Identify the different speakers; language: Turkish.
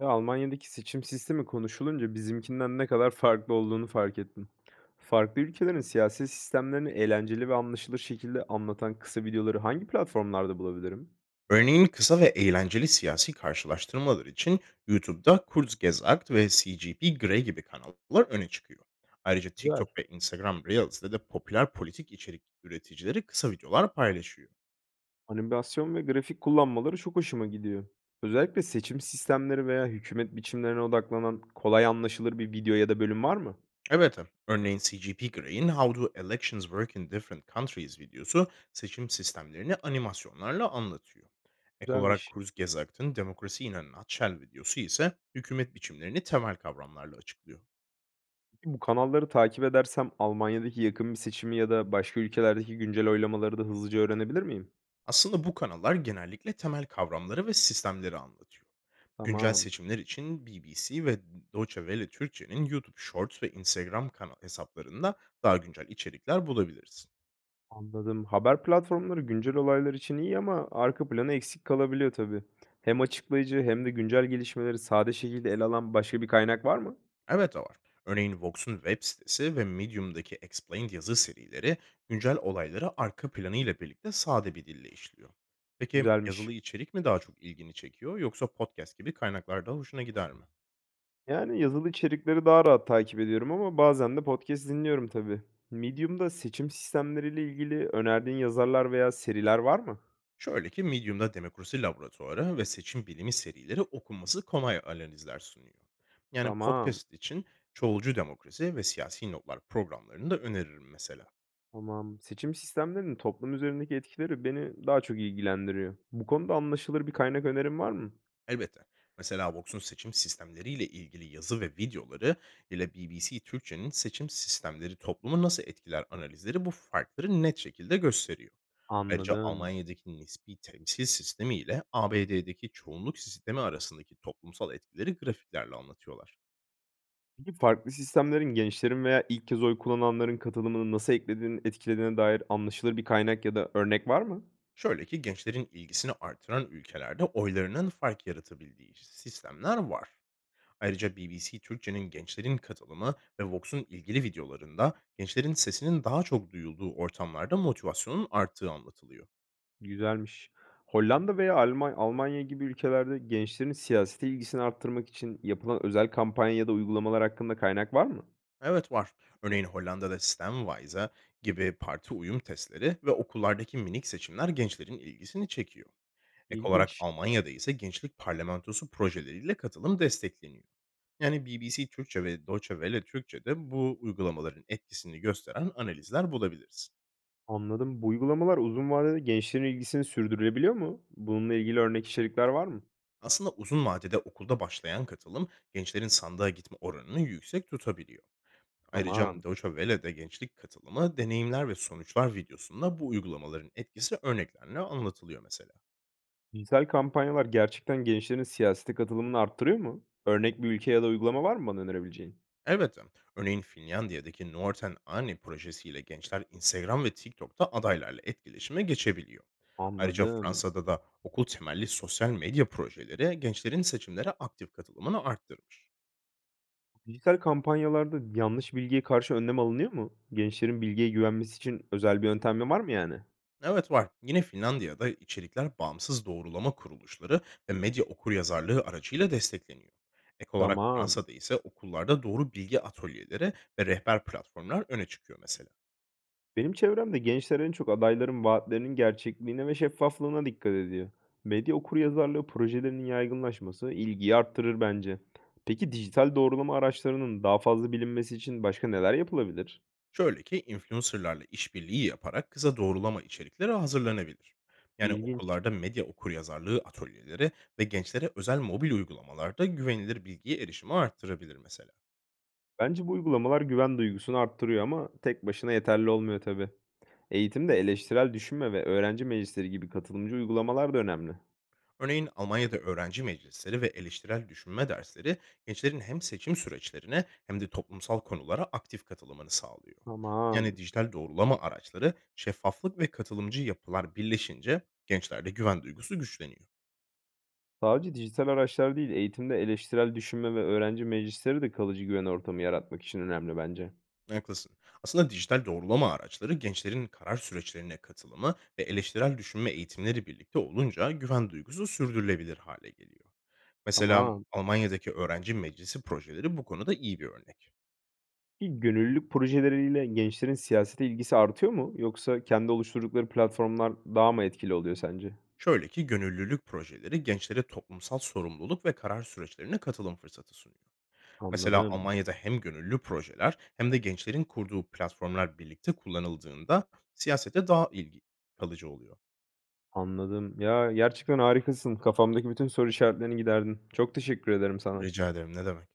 Speaker 1: Ya, Almanya'daki seçim sistemi konuşulunca bizimkinden ne kadar farklı olduğunu fark ettim. Farklı ülkelerin siyasi sistemlerini eğlenceli ve anlaşılır şekilde anlatan kısa videoları hangi platformlarda bulabilirim?
Speaker 2: Örneğin kısa ve eğlenceli siyasi karşılaştırmalar için YouTube'da Kurzgesagt ve CGP Grey gibi kanallar öne çıkıyor. Ayrıca
Speaker 1: Güzel.
Speaker 2: TikTok ve Instagram Reels'de de popüler politik içerik üreticileri kısa videolar paylaşıyor.
Speaker 1: Animasyon ve grafik kullanmaları çok hoşuma gidiyor. Özellikle seçim sistemleri veya hükümet biçimlerine odaklanan kolay anlaşılır bir video ya da bölüm var mı?
Speaker 2: Evet, örneğin CGP Grey'in How Do Elections Work in Different Countries videosu seçim sistemlerini animasyonlarla anlatıyor. Ek olarak
Speaker 1: Güzelmiş.
Speaker 2: Kurzgesagt'ın Demokrasi in a Nutshell videosu ise hükümet biçimlerini temel kavramlarla açıklıyor.
Speaker 1: Peki bu kanalları takip edersem Almanya'daki yakın bir seçimi ya da başka ülkelerdeki güncel oylamaları da hızlıca öğrenebilir miyim?
Speaker 2: Aslında bu kanallar genellikle temel kavramları ve sistemleri anlatıyor. Güncel
Speaker 1: Tamam.
Speaker 2: seçimler için BBC ve Deutsche Welle Türkçe'nin YouTube Shorts ve Instagram kanal hesaplarında daha güncel içerikler bulabilirsin.
Speaker 1: Anladım. Haber platformları güncel olaylar için iyi ama arka planı eksik kalabiliyor tabii. Hem açıklayıcı hem de güncel gelişmeleri sade şekilde ele alan başka bir kaynak var mı?
Speaker 2: Evet var. Örneğin Vox'un web sitesi ve Medium'daki Explained yazı serileri güncel olayları arka planıyla birlikte sade bir dille işliyor. Peki
Speaker 1: Güzelmiş.
Speaker 2: yazılı içerik mi daha çok ilgini çekiyor, yoksa podcast gibi kaynaklar daha hoşuna gider mi?
Speaker 1: Yani yazılı içerikleri daha rahat takip ediyorum ama bazen de podcast dinliyorum tabii. Medium'da seçim sistemleriyle ilgili önerdiğin yazarlar veya seriler var mı?
Speaker 2: Şöyle ki Medium'da demokrasi laboratuvarı ve seçim bilimi serileri okunması kolay analizler sunuyor. Yani
Speaker 1: Tamam.
Speaker 2: podcast için çoğulcu demokrasi ve siyasi notlar programlarını da öneririm mesela.
Speaker 1: Tamam. Seçim sistemlerinin toplum üzerindeki etkileri beni daha çok ilgilendiriyor. Bu konuda anlaşılır bir kaynak önerin var mı?
Speaker 2: Elbette. Mesela Vox'un seçim sistemleriyle ilgili yazı ve videoları ile BBC Türkçe'nin seçim sistemleri toplumu nasıl etkiler analizleri bu farkları net şekilde gösteriyor. Ayrıca
Speaker 1: Anladım.
Speaker 2: Almanya'daki nispi temsil sistemi ile ABD'deki çoğunluk sistemi arasındaki toplumsal etkileri grafiklerle anlatıyorlar.
Speaker 1: Peki, farklı sistemlerin gençlerin veya ilk kez oy kullananların katılımını nasıl eklediğini etkilediğine dair anlaşılır bir kaynak ya da örnek var mı?
Speaker 2: Şöyle ki gençlerin ilgisini artıran ülkelerde oylarının fark yaratabildiği sistemler var. Ayrıca BBC Türkçe'nin gençlerin katılımı ve Vox'un ilgili videolarında gençlerin sesinin daha çok duyulduğu ortamlarda motivasyonun arttığı anlatılıyor.
Speaker 1: Güzelmiş. Hollanda veya Almanya gibi ülkelerde gençlerin siyasete ilgisini arttırmak için yapılan özel kampanya ya da uygulamalar hakkında kaynak var mı?
Speaker 2: Evet var. Örneğin Hollanda'da Stemwise'a gibi parti uyum testleri ve okullardaki minik seçimler gençlerin ilgisini çekiyor. Ek olarak
Speaker 1: İlginç.
Speaker 2: Almanya'da ise gençlik parlamentosu projeleriyle katılım destekleniyor. Yani BBC Türkçe ve Deutsche Welle Türkçe'de bu uygulamaların etkisini gösteren analizler bulabiliriz.
Speaker 1: Anladım. Bu uygulamalar uzun vadede gençlerin ilgisini sürdürülebiliyor mu? Bununla ilgili örnek içerikler var mı?
Speaker 2: Aslında uzun vadede okulda başlayan katılım gençlerin sandığa gitme oranını yüksek tutabiliyor. Ayrıca
Speaker 1: Tamam.
Speaker 2: Deutsche Welle'de gençlik katılımı, deneyimler ve sonuçlar videosunda bu uygulamaların etkisi örneklerle anlatılıyor mesela.
Speaker 1: Dijital kampanyalar gerçekten gençlerin siyasete katılımını arttırıyor mu? Örnek bir ülke ya da uygulama var mı bana önerebileceğin?
Speaker 2: Elbette. Örneğin Finlandiya'daki Nuorten Ani projesiyle gençler Instagram ve TikTok'ta adaylarla etkileşime geçebiliyor. Ayrıca
Speaker 1: Anladım.
Speaker 2: Fransa'da da okul temelli sosyal medya projeleri gençlerin seçimlere aktif katılımını arttırmış.
Speaker 1: Dijital kampanyalarda yanlış bilgiye karşı önlem alınıyor mu? Gençlerin bilgiye güvenmesi için özel bir yöntemi var mı yani?
Speaker 2: Evet var. Yine Finlandiya'da içerikler bağımsız doğrulama kuruluşları ve medya okuryazarlığı aracıyla destekleniyor. Ek olarak
Speaker 1: Tamam.
Speaker 2: Fransa'da ise okullarda doğru bilgi atölyeleri ve rehber platformlar öne çıkıyor mesela.
Speaker 1: Benim çevremde gençler en çok adayların vaatlerinin gerçekliğine ve şeffaflığına dikkat ediyor. Medya okuryazarlığı projelerinin yaygınlaşması ilgiyi arttırır bence. Peki dijital doğrulama araçlarının daha fazla bilinmesi için başka neler yapılabilir?
Speaker 2: Şöyle ki influencer'larla işbirliği yaparak kısa doğrulama içerikleri hazırlanabilir. Yani
Speaker 1: İlginç.
Speaker 2: okullarda medya okuryazarlığı atölyeleri ve gençlere özel mobil uygulamalarda güvenilir bilgiye erişimi arttırabilir mesela.
Speaker 1: Bence bu uygulamalar güven duygusunu arttırıyor ama tek başına yeterli olmuyor tabii. Eğitimde eleştirel düşünme ve öğrenci meclisleri gibi katılımcı uygulamalar da önemli.
Speaker 2: Örneğin Almanya'da öğrenci meclisleri ve eleştirel düşünme dersleri gençlerin hem seçim süreçlerine hem de toplumsal konulara aktif katılımını sağlıyor.
Speaker 1: Ama
Speaker 2: Yani dijital doğrulama araçları, şeffaflık ve katılımcı yapılar birleşince gençlerde güven duygusu güçleniyor.
Speaker 1: sadece dijital araçlar değil, eğitimde eleştirel düşünme ve öğrenci meclisleri de kalıcı güven ortamı yaratmak için önemli bence.
Speaker 2: Haklısın. Aslında dijital doğrulama araçları, gençlerin karar süreçlerine katılımı ve eleştirel düşünme eğitimleri birlikte olunca güven duygusu sürdürülebilir hale geliyor. Mesela
Speaker 1: Ama
Speaker 2: Almanya'daki öğrenci meclisi projeleri bu konuda iyi bir örnek.
Speaker 1: bir gönüllülük projeleriyle gençlerin siyasete ilgisi artıyor mu? Yoksa kendi oluşturdukları platformlar daha mı etkili oluyor sence?
Speaker 2: Şöyle ki gönüllülük projeleri gençlere toplumsal sorumluluk ve karar süreçlerine katılım fırsatı sunuyor. Mesela
Speaker 1: Anladım,
Speaker 2: Almanya'da hem gönüllü projeler hem de gençlerin kurduğu platformlar birlikte kullanıldığında siyasete daha ilgi kalıcı oluyor.
Speaker 1: anladım. Ya gerçekten harikasın. Kafamdaki bütün soru işaretlerini giderdin. Çok teşekkür ederim sana.
Speaker 2: Rica ederim, ne demek.